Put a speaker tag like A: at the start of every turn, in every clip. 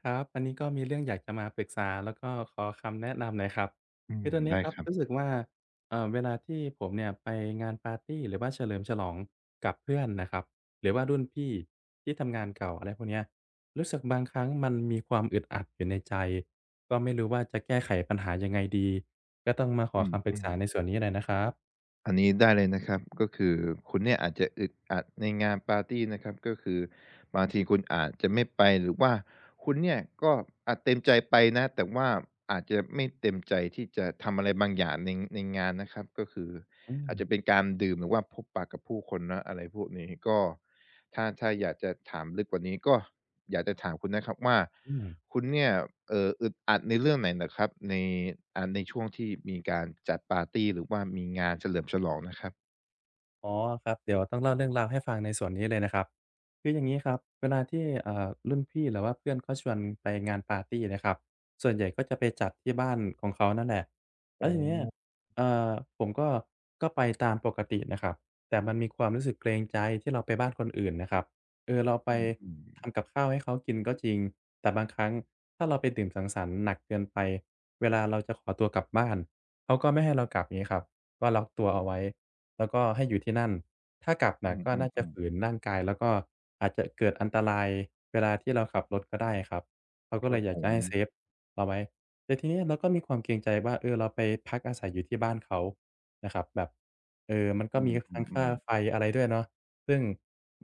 A: ครับอันนี้ก็มีเรื่องอยากจะมาปรึกษาแล้วก็ขอคำแนะนำหน่อยครับคือตอนนี้
B: ได้
A: ครับ
B: ครับ
A: รู้สึกว่าเวลาที่ผมเนี่ยไปงานปาร์ตีหรือว่าเฉลิมฉลองกับเพื่อนนะครับหรือว่ารุ่นพี่ที่ทำงานเก่าอะไรพวกเนี้ยรู้สึกบางครั้งมันมีความอึดอัดอยู่ในใจก็ไม่รู้ว่าจะแก้ไขปัญหายังไงดีก็ต้องมาขอ
B: อืม
A: คำปรึ
B: อ
A: ก
B: ม
A: ษาในส่วนนี้หน่อยนะครับ
B: อันนี้ได้เลยนะครับก็คือคุณเนี่ยอาจจะอึดอัดในงานปาร์ตีนะครับก็คือบางทีคุณอาจจะไม่ไปหรือว่าคุณเนี่ยก็อาจเต็มใจไปนะแต่ว่าอาจจะไม่เต็มใจที่จะทำอะไรบางอย่างในงานนะครับก็คือ
A: อืม
B: อาจจะเป็นการดื่มหรือว่าพบปะกับผู้คนนะอะไรพวกนี้ก็ถ้าอยากจะถามลึกกว่านี้ก็อยากจะถามคุณนะครับว่า
A: อืม
B: คุณเนี่ยอึดอัดในเรื่องไหนเหรอครับในในช่วงที่มีการจัดปาร์ตีหรือว่ามีงานเฉลิมฉลองนะครับ
A: อ๋อครับเดี๋ยวต้องเล่าเรื่องราวให้ฟังในส่วนนี้เลยนะครับคืออย่างงี้ครับเวลาที่รุ่นพี่หรือว่าเพื่อนเขาชวนไปงานปาร์ตีนะครับส่วนใหญ่ก็จะไปจัดที่บ้านของเขานั่นแหละแล้
B: อ๋
A: ว
B: อ
A: ทีเนี้ยเอ่อผมก็ไปตามปกตินะครับแต่มันมีความรู้สึกเกรงใจที่เราไปบ้านคนอื่นนะครับเออเราไป
B: อืม
A: ทำ
B: ๆ
A: กับข้าวให้เขากินก็จริงแต่บางครั้งถ้าเราไปดื่มสังสรรค์หนักเกินไปเวลาเราจะขอตัวกลับบ้านเขาก็ไม่ให้เรากลับอย่างนี้ครับก็ล็อกตัวเอาไว้ แล้วก็ให้อยู่ที่นั่น ถ้ากลับน่ะ
B: อื
A: ก็น่าจะ
B: มๆ
A: ฝืนร่างกายแล้วก็อาจจะเกิดอันตรายเวลาที่เราขับรถก็ได้ครับเรา
B: ๆ
A: ก็
B: ค
A: เล
B: รับ
A: ยอยา
B: ผ
A: กจะ
B: ม
A: ให้เซฟเราไว้แต่ทีเนี้ยเราก็มีความเกรงใจว่าเออเราไปพักอาศัยอยู่ที่บ้านเขานะครับแบบเออมันก็
B: อื
A: มีทั้งค่า
B: มๆ
A: ไฟ
B: ๆ
A: อะไรด้วยเนาะซึ่ง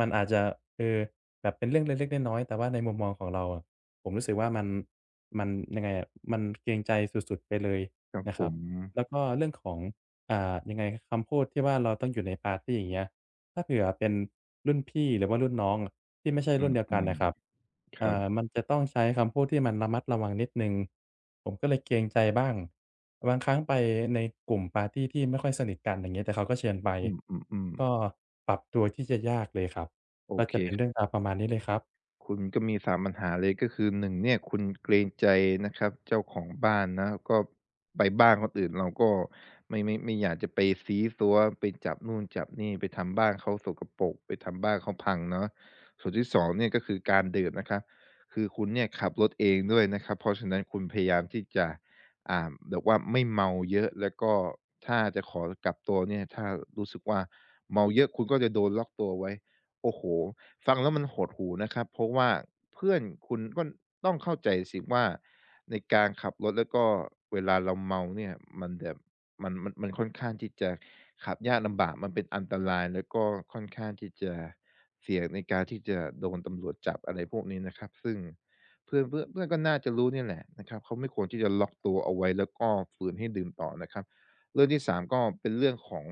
A: มันอาจจะเออแบบเป็นเรื่องเล็กๆน้อยๆแต่ว่าในมุมมองของเราอะผมรู้สึกว่ามันยังไงอะมันเกรงใจสุดๆไปเลย
B: ครับ
A: นะ
B: ผ
A: ครับ
B: ม
A: แล้วก็เรื่องของ อ่ายังไงคำพูดที่ว่าเราต้องอยู่ในปาร์ตีอย่างเงี้ยถ้าเผื่อเป็นรุ่นพี่หรือว่ารุ่นน้องอะที่ไม่ใช่
B: อ
A: รุ่นเดียวกั
B: ื
A: น
B: ม
A: น่ะครับ
B: ๆครับ
A: มันจะต้องใช้คำพูดที่มันระมัดระวังนิดหนึ่งผมก็เลยเกรงใจบ้างบางครั้งไปในกลุ่มปาร์ตีที่ไม่ค่อยสนิทกันอย่างเงี้ยแต่เขาก็เชิญไป
B: อืมๆ
A: ก็
B: ๆ
A: ปรับตัวที่จะยากเลยครับ
B: โอ
A: ก็
B: เค
A: จะเป็นเรื่องราวประมาณนี้เลยครับ
B: คุณก็มีสามปัญหาเลยก็คือหนึ่งเนี่ยคุณเกรงใจนะครับเจ้าของบ้านนะก็ไปบ้านคนอื่นเราก็ไม่อยากจะไปซี้ซั้วไปจับนู่นจับนี่ไปทำบ้านเขาสกปรกไปทำบ้านเขาพังเนาะส่วนที่2เนี่ยก็คือการดื่มนะครับคือคุณเนี่ยขับรถเองด้วยนะครับเพราะฉะนั้นคุณพยายามที่จะอ่าแบบว่าไม่เมาเยอะแล้วก็ถ้าจะขอกลับตัวเนี่ยถ้ารู้สึกว่าเมาเยอะคุณก็จะโดนล็อกตัวไว้โอ้โฮ ฟังแล้วมันหดหู่นะครับเพราะว่าเพื่อนคุณก็ต้องเข้าใจสิว่าในการขับรถแล้วก็เวลาเราเมาเนี่ยมันแบบมันค่อนข้างที่จะขับยากลำบากมันเป็นอันตรายแล้วก็ค่อนข้างที่จะเสี่ยงในการที่จะโดนตำรวจจับอะไรพวกนี้นะครับซึ่งเพื่อนเพื่อนเพื่อนก็น่าจะรู้เนี่ยแหละนะครับเขาไม่ควรที่จะล็อกตัวเอาไว้แล้วก็ฝืนให้ดื่มต่อนะครับเรื่องที่3ก็เป็นเรื่องของ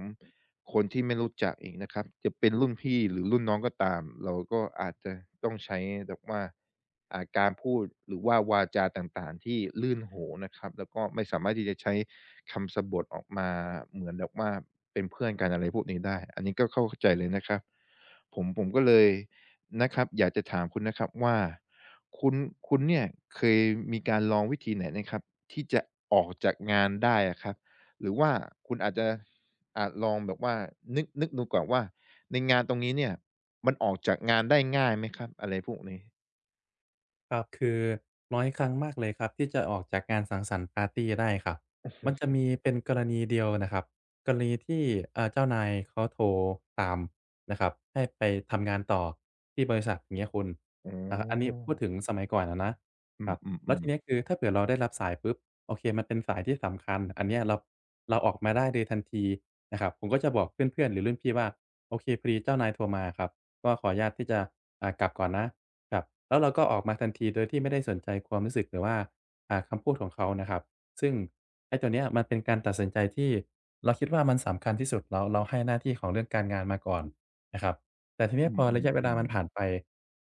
B: คนที่ไม่รู้จักอีกนะครับจะเป็นรุ่นพี่หรือรุ่นน้องก็ตามเราก็อาจจะต้องใช้แบบว่าการพูดหรือว่าวาจาต่างๆที่ลื่นหูนะครับแล้วก็ไม่สามารถที่จะใช้คำสบถออกมาเหมือนแบบว่าเป็นเพื่อนกันอะไรพวกนี้ได้อันนี้ก็เข้าใจเลยนะครับผมก็เลยนะครับอยากจะถามคุณนะครับว่าคุณคุณเนี่ยเคยมีการลองวิธีไหนนะครับที่จะออกจากงานได้อะครับหรือว่าคุณอาจจะ อาจลองแบบว่านึกดูก่อนว่าในงานตรงนี้เนี่ยมันออกจากงานได้ง่ายไหมครับอะไรพวกนี้
A: ครับคือน้อยครั้งมากเลยครับที่จะออกจากงานสังสรรค์ปาร์ตีได้ครับมันจะ มีเป็นกรณีเดียวนะครับกรณีที่เจ้านายเขาโทรตามนะครับให้ไปทำงานต่อที่บริษัทอย่างเงี้ยคุณ
B: อ๋
A: อันนี้
B: อ
A: พูดถึงสมัยก่อนอะนะ
B: อื
A: ครับแล้ว
B: ม
A: ที
B: ๆ
A: เนี้ย
B: ๆ
A: คือถ้าเผื่อเราได้รับสายปุ๊บโอเคมันเป็นสายที่สำคัญอันเนี้ยเราออกมาได้เลยทันทีนะครับผมก็จะบอกเพื่อนๆหรือรุ่นพี่ว่าโอเคพอดีเจ้านายโทรมาครับก็ขออนุญาตที่จะกลับก่อนนะ ครับแล้วเราก็ออกมาทันทีโดยที่ไม่ได้สนใจความรู้สึกหรือว่าคำพูดของเขานะครับซึ่งไอ้ตัวเนี้ยมันเป็นการตัดสินใจที่เราคิดว่ามันสำคัญที่สุดเราให้หน้าที่ของเรื่องการงานมาก่อนนะครับแต่ทีเนี้
B: อื
A: ยพอระยะเวลามัน
B: มๆ
A: ผ่าน
B: ๆ
A: ไป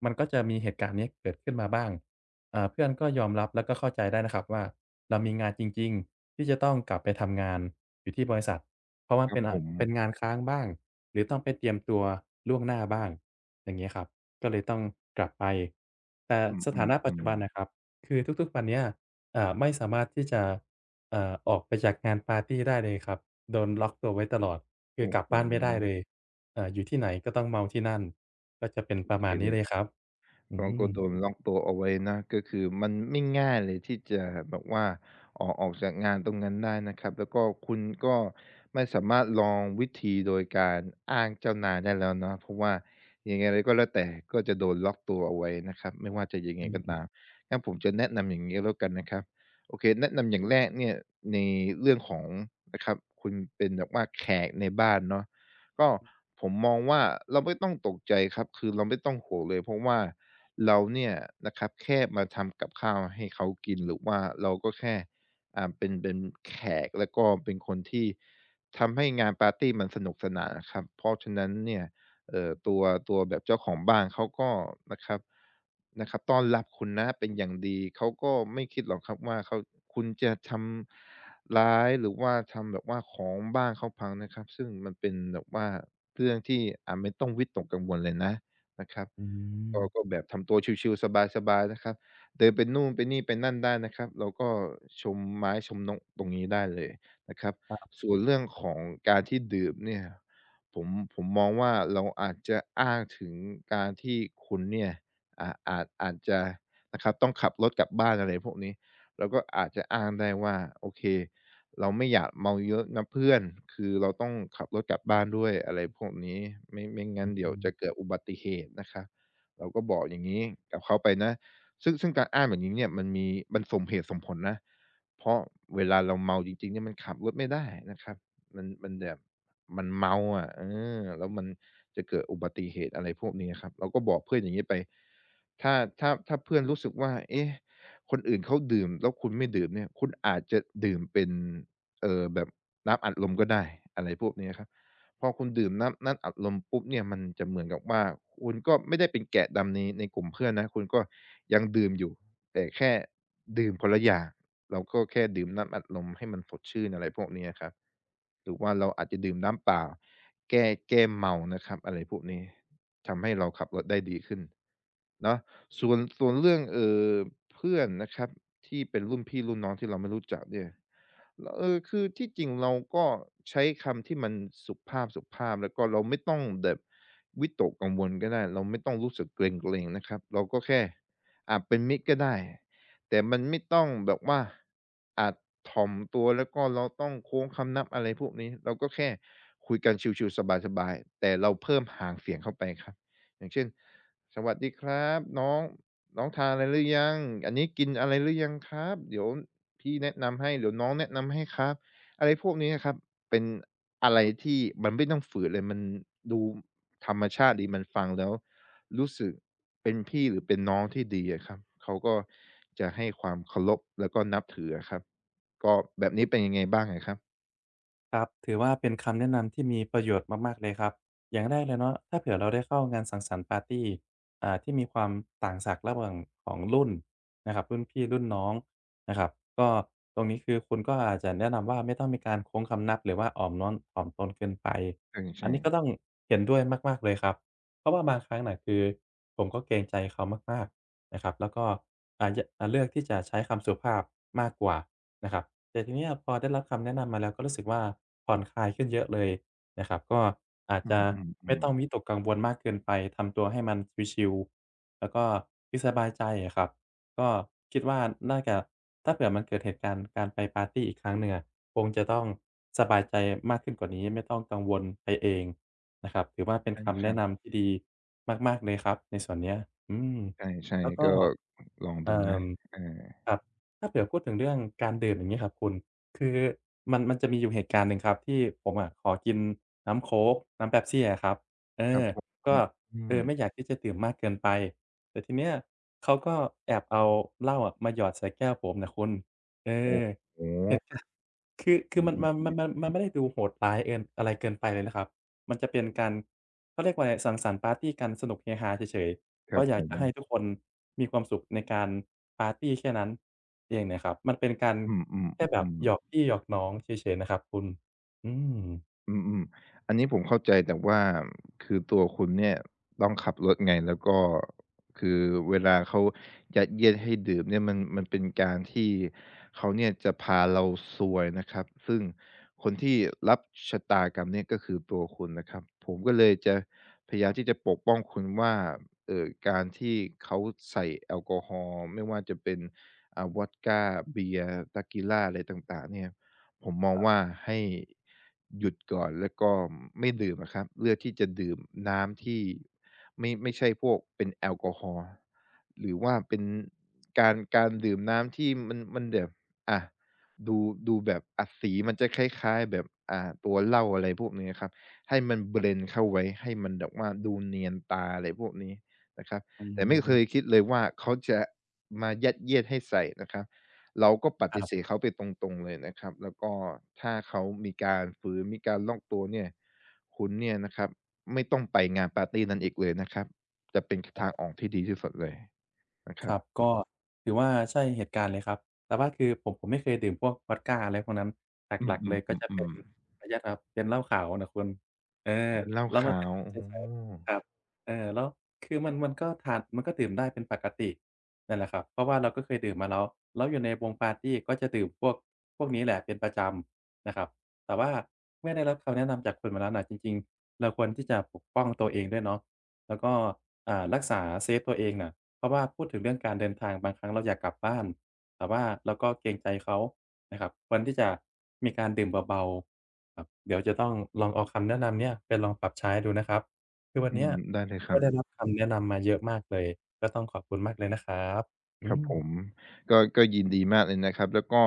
A: มันก็จะมีเหตุการณ์เนี้ยเกิดขึ้นมาบ้างเพื่อนก็ยอมรับแล้วก็เข้าใจได้นะครับว่าเรามีงานจริงๆที่จะต้องกลับไปทำงานอยู่ที่บริษัทเพราะมัน
B: ครั
A: เป็
B: บ
A: น
B: ผม
A: เป็นงานค้างบ้างหรือต้องไปเตรียมตัวล่วงหน้าบ้างอย่างงี้ครับ ก็เลยต้องกลับไป แต่
B: อื
A: สถานะปัจจุ
B: ม
A: บันนะค
B: ๆๆ
A: รับ คือทุกๆวันเนี้ยไม่สามารถที่จะออกไปจากงานปาร์ตีได้เลยครับโดนล็อกตัวไว้ตลอด คือ
B: โอ้
A: กลับ
B: โฮ
A: บ้านไม่ได้เลยอยู่ที่ไหนก็ต้องเมาที่นั่น ก็จะเป็น
B: โอ
A: ประ
B: เค
A: มาณ
B: เล
A: นี้
B: ย
A: เลยครับอื
B: เราก็
A: ม
B: โดนล็อกตัวเอาไว้นะก็คือมันไม่ง่ายเลยที่จะแบบว่าออกจากงานตรงนั้นได้นะครับแล้วก็คุณก็ไม่สามารถลองวิธีโดยการอ้างเจ้านายได้แล้วเนาะเพราะว่ายังไงก็แล้วแต่ก็จะโดนล็อกตัวเอาไว้นะครับไม่ว่าจะยังไง
A: อื
B: ก็
A: ม
B: ตามงั้นผมจะแนะนำอย่างนี้แล้วกันนะครับโอเคแนะนำอย่างแรกเนี่ยในเรื่องของนะครับคุณเป็นแบบว่าแขกในบ้านเนาะ ก็ผมมองว่าเราไม่ต้องตกใจครับคือเราไม่ต้องห่วงเลยเพราะว่าเราเนี่ยนะครับแค่มาทำกับข้าวให้เขากินหรือว่าเราก็แค่เป็นแขกแล้วก็เป็นคนที่ทำให้งานปาร์ตีมันสนุกสนานอะครับเพราะฉะนั้นเนี่ย เอ่อตัวตัวแบบเจ้าของบ้านเขาก็นะครับนะครับต้อนรับคุณนะเป็นอย่างดีเขาก็ไม่คิดหรอกครับว่าเขาคุณจะทำร้ายหรือว่าทำแบบว่าของบ้านเขาพังนะครับซึ่งมันเป็นแบบว่าเรื่องที่ไม่ต้องวิตกกังวลเลยนะนะครับ
A: อ
B: ก็
A: ื
B: ก็แบบทำตัวชิลๆสบายๆนะครับเดินไปนู่นไปนี่ไปนั่นได้นะครับเราก็ชมไม้ชมนกตรงนี้ได้เลยนะครับส่วนเรื่องของการที่ดื่มเนี่ยผมผมมองว่าเราอาจจะอ้างถึงการที่คุณเนี่ยอาจจะนะครับต้องขับรถกลับบ้านอะไรพวกนี้เราก็อาจจะอ้างได้ว่าโอเคเราไม่อยากเมาเยอะนะเพื่อนคือเราต้องขับรถกลับบ้านด้วยอะไรพวกนี้ไม่งั้นเดี๋ยวจะ
A: ม
B: เกิดอุบัติเหตุนะครับ เราก็บอกอย่างนี้กับเขาไปนะซึ่งการอ้างแบบนี้เนี่ยมันมีมันสมเหตุสมผลนะเพราะเวลาเราเมาจริงๆเนี่ยมันขับรถไม่ได้นะครับมันแบบมันเมาอะแล้วมันจะเกิดอุบัติเหตุอะไรพวกนี้ครับเราก็บอกเพื่อนอย่างนี้ไปถ้าถ้าเพื่อนรู้สึกว่าเอ๊ะคนอื่นเขาดื่มแล้วคุณไม่ดื่มเนี่ยคุณอาจจะดื่มเป็นแบบน้ำอัดลมก็ได้อะไรพวกนี้ครับ พอคุณดื่มน้ำอัดลมปุ๊บเนี่ยมันจะเหมือนกับว่าคุณก็ไม่ได้เป็นแกะดำในกลุ่มเพื่อนนะคุณก็ยังดื่มอยู่แต่แค่ดื่มคนละอย่างเราก็แค่ดื่มน้ำอัดลมให้มันสดชื่นอะไรพวกนี้อะครับหรือว่าเราอาจจะดื่มน้ำเปล่าแก้แก้เมานะครับอะไรพวกนี้ ทำให้เราขับรถได้ดีขึ้นเนาะส่วนเรื่องเพื่อนนะครับที่เป็นรุ่นพี่รุ่นน้องที่เราไม่รู้จักเนี่ยลคือที่จริงเราก็ใช้คำที่มันสุภาพแล้วก็เราไม่ต้องแบบวิตกกังวลก็ได้เราไม่ต้องรู้สึกเกร็งๆนะครับเราก็แค่เป็นมิตรก็ได้ แต่มันไม่ต้องแบบว่าอาจถ่อมตัวแล้วก็เราต้องโค้งคำนับอะไรพวกนี้เราก็แค่คุยกันชิวๆสบายๆแต่เราเพิ่มห่างเสียงเข้าไปครับอย่างเช่นสวัสดีครับน้องน้องทานอะไรหรือยังอันนี้กินอะไรหรือยังครับเดี๋ยวพี่แนะนำให้เดี๋ยวน้องแนะนำให้ครับอะไรพวกนี้นะครับเป็นอะไรที่มันไม่ต้องฝืนเลยมันดูธรรมชาติดีมันฟังแล้ว รู้สึกเป็นพี่หรือเป็นน้องที่ดีอะครับเขาก็จะให้ความเคารพแล้วก็นับถืออะครับก็แบบนี้เป็นยังไงบ้างอะครับ
A: ครับถือว่าเป็นคำแนะนำที่มีประโยชน์มากๆเลยครับอย่างแรกเลยเนาะถ้าเผื่อเราได้เข้างานสังสรรค์ปาร์ตีที่มีความต่างศักย์ระหว่างของรุ่นนะครับรุ่นพี่รุ่นน้องนะครับก็ตรงนี้คือคุณก็อาจจะแนะนำว่าไม่ต้องมีการโค้งคำนับหรือว่าอ่อมน้อมถ่อมตนเกินไปอัน
B: ใช่
A: นี้
B: ๆ
A: ก็ต้องเห็นด้วยมากๆเลยครับเพราะว่าบางครั้งน่ะคือผมก็เกรงใจเขามากๆนะครับแล้วก็อาจจะเลือกที่จะใช้คำสุภาพมากกว่านะครับ แต่ทีเนี้ยพอได้รับคำแนะนำมาแล้วก็รู้สึกว่าผ่อนคลายขึ้นเยอะเลยนะครับก็อาจ
B: อ
A: จะ
B: ื
A: ไม่
B: ม
A: ต้องวิ
B: ๆ
A: ตกกังวลมากเกินไปทำตัวให้มันชิลๆแล้วก็คือสบายใจอะครับก็คิดว่าน่าจะถ้าเผื่อมันเกิดเหตุการณ์การไปปาร์ตีอีกครั้งหนึ่งอะคงจะต้องสบายใจมากขึ้นกว่านี้ไม่ต้องกังวลไปเองนะครับถือว่าเป็
B: ๆ
A: น
B: ใช่
A: คำ
B: ค
A: แนะ
B: รับ
A: นำที่ดีมากๆเลยครับในส่วนเนี้ยอืม
B: ใช่
A: แล้วก็
B: ๆก็ลองดู
A: เอ่
B: นะ
A: อ
B: อา
A: ครับ ถ้าเผื่อพูดถึงเรื่องการดื่มอย่างนี้ครับคุณคือมันจะมีอยู่เหตุการณ์หนึ่งครับที่ผมอะขอกินน้ำโค้กน้ำเป๊ปซี่อะครับเอ
B: ครั
A: อ
B: บผม
A: ก็
B: อื
A: เอ
B: ม
A: อไม่อยากที่จะดื่มมากเกินไปแต่ทีเนี้ยเขาก็แอบเอาเหล้าอะมาหยอดใส่แก้วผมนะคุณเอ
B: โอ้
A: อ
B: โฮ
A: เหตุการณ์ คือคื
B: โอ้
A: อมัน
B: ยิน
A: มัน
B: ดี
A: มันมันมันไม่ได้ดูโหดร้ายเกินอะไรเกินไปเลยนะครับมันจะเป็นการเขาเรียกว่าไรสังสรรค์ปาร์ตีกันสนุกเฮฮาเฉย
B: ค
A: ๆ
B: รั
A: ก็
B: บ
A: อ
B: ผ
A: ยาก
B: ม
A: จะให้ทุกคนมีความสุขในการปาร์ตีแค่นั้นเองนะครับมันเป็นการ
B: อืม
A: แค่แบบหยอ
B: ๆ
A: ก
B: ๆ
A: พี่หยอกน้องเฉยๆนะครับคุณอืม
B: อืมอืมอันนี้ผมเข้าใจแต่ว่าคือตัวคุณเนี่ยต้องขับรถไงแล้วก็คือเวลาเขายัดเยียดให้ดื่มเนี่ยมันเป็นการที่เขาเนี่ยจะพาเราซวยนะครับซึ่งคนที่รับชะตากรรมเนี่ยก็คือตัวคุณนะครับผมก็เลยจะพยายามที่จะปกป้องคุณว่าเออการที่เขาใส่แอลกอฮอล์ไม่ว่าจะเป็นวอดกาเบียร์ tequia อะไรต่างๆเนี่ย ผมมองว่าให้หยุดก่อนแล้วก็ไม่ดื่มอะครับเลือกที่จะดื่มน้ำที่ไม่ใช่พวกเป็นแอลกอฮอล์หรือว่าเป็นการดื่มน้ำที่มันแบบอะดูดูแบบอดสีมันจะคล้ายๆแบบตัวเหล้าอะไรพวกนี้ครับให้มันเบลนเข้าไว้ให้มันแบบว่าดูเนียนตาอะไรพวกนี้นะครับ
A: อื
B: แต่ไม่เคย
A: ม
B: คิดเลยว่าเขาจะมายัดเยียดให้ใส่นะครับ เราก็ป
A: ค
B: ฏิ
A: รั
B: เสธ
A: บ
B: เขาไปตรงๆเลยนะครับแล้วก็ถ้าเขามีการฝืนมีการล็อกตัวเนี่ยคุณเนี่ยนะครับไม่ต้องไปงานปาร์ตี้นั้นอีกเลยนะครับจะเป็นทางออกที่ดีที่สุดเลยนะค
A: ค
B: รั
A: รั
B: บ
A: บก็ถือว่าใช่เหตุการณ์เลยครับแต่ว่าคือผมไม่เคยดื่มพวกวอดกาอะไรพวกนั้นห
B: อืม
A: ลักๆ
B: อื
A: เล
B: ม
A: ยก็จะ
B: อ๋
A: เป็นขออนุญาตครับเป็นเหล้าขาวน่ะคุณเออ
B: อมเป็นเหล้า
A: แล้วมัน
B: ขา
A: เป็น
B: ว
A: น้ำใส
B: โอ๋
A: ๆครับเออแล้วคือมันก็ทานมันก็ดื่มได้เป็นปกตินั่นแหละครับเพราะว่าเราก็เคยดื่มมาแล้วแล้วอยู่ในวงปาร์ตีก็จะดื่มพวกนี้แหละเป็นประจำนะครับแต่ว่าเมื่อได้รับคำแนะนำจากคุณมาแล้วน่ะจริงๆเราควรที่จะปกป้องตัวเองด้วยเนาะแล้วก็รักษาเซฟตัวเองน่ะ เพราะว่าพูดถึงเรื่องการเดินทางบางครั้งเราอยากกลับบ้านแต่ว่าเราก็เกรงใจเขานะครับควรที่จะมีการดื่มเบาๆครับเดี๋ยวจะต้องลองเอาคำแนะนำเนี่ยไปลองปรับใช้ดูนะครับคือวัน
B: อื
A: เนี้
B: ม
A: ย
B: ได้เลยค
A: ก็
B: รับ
A: ได้รับคำแนะนำมาเยอะมากเลยก็ต้องขอบคุณมากเลยนะครับอื
B: ครับ
A: ม
B: ผมก็ยินดีมากเลยนะครับแล้วก็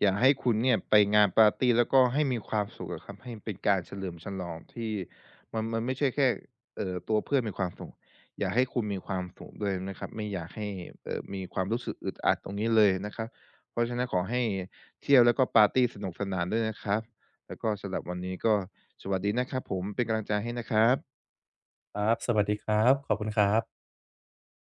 B: อยากให้คุณเนี่ยไปงานปาร์ตีแล้วก็ให้มีความสุขอะครับให้มันเป็นการเฉลิมฉลองที่มันไม่ใช่แค่ตัวเพื่อนมีความสุขอยากให้คุณมีความสุขด้วยนะครับไม่อยากให้มีความรู้สึกอึดอัดตรงนี้เลยนะครับเพราะฉะนั้นขอให้เที่ยวแล้วก็ปาร์ตีสนุกสนานด้วยนะครับแล้วก็สำหรับวันนี้ก็สวัสดีนะครับผมเป็นกำลังใจให้นะครับ
A: ครับ สวัสดีครับขอบคุณครับ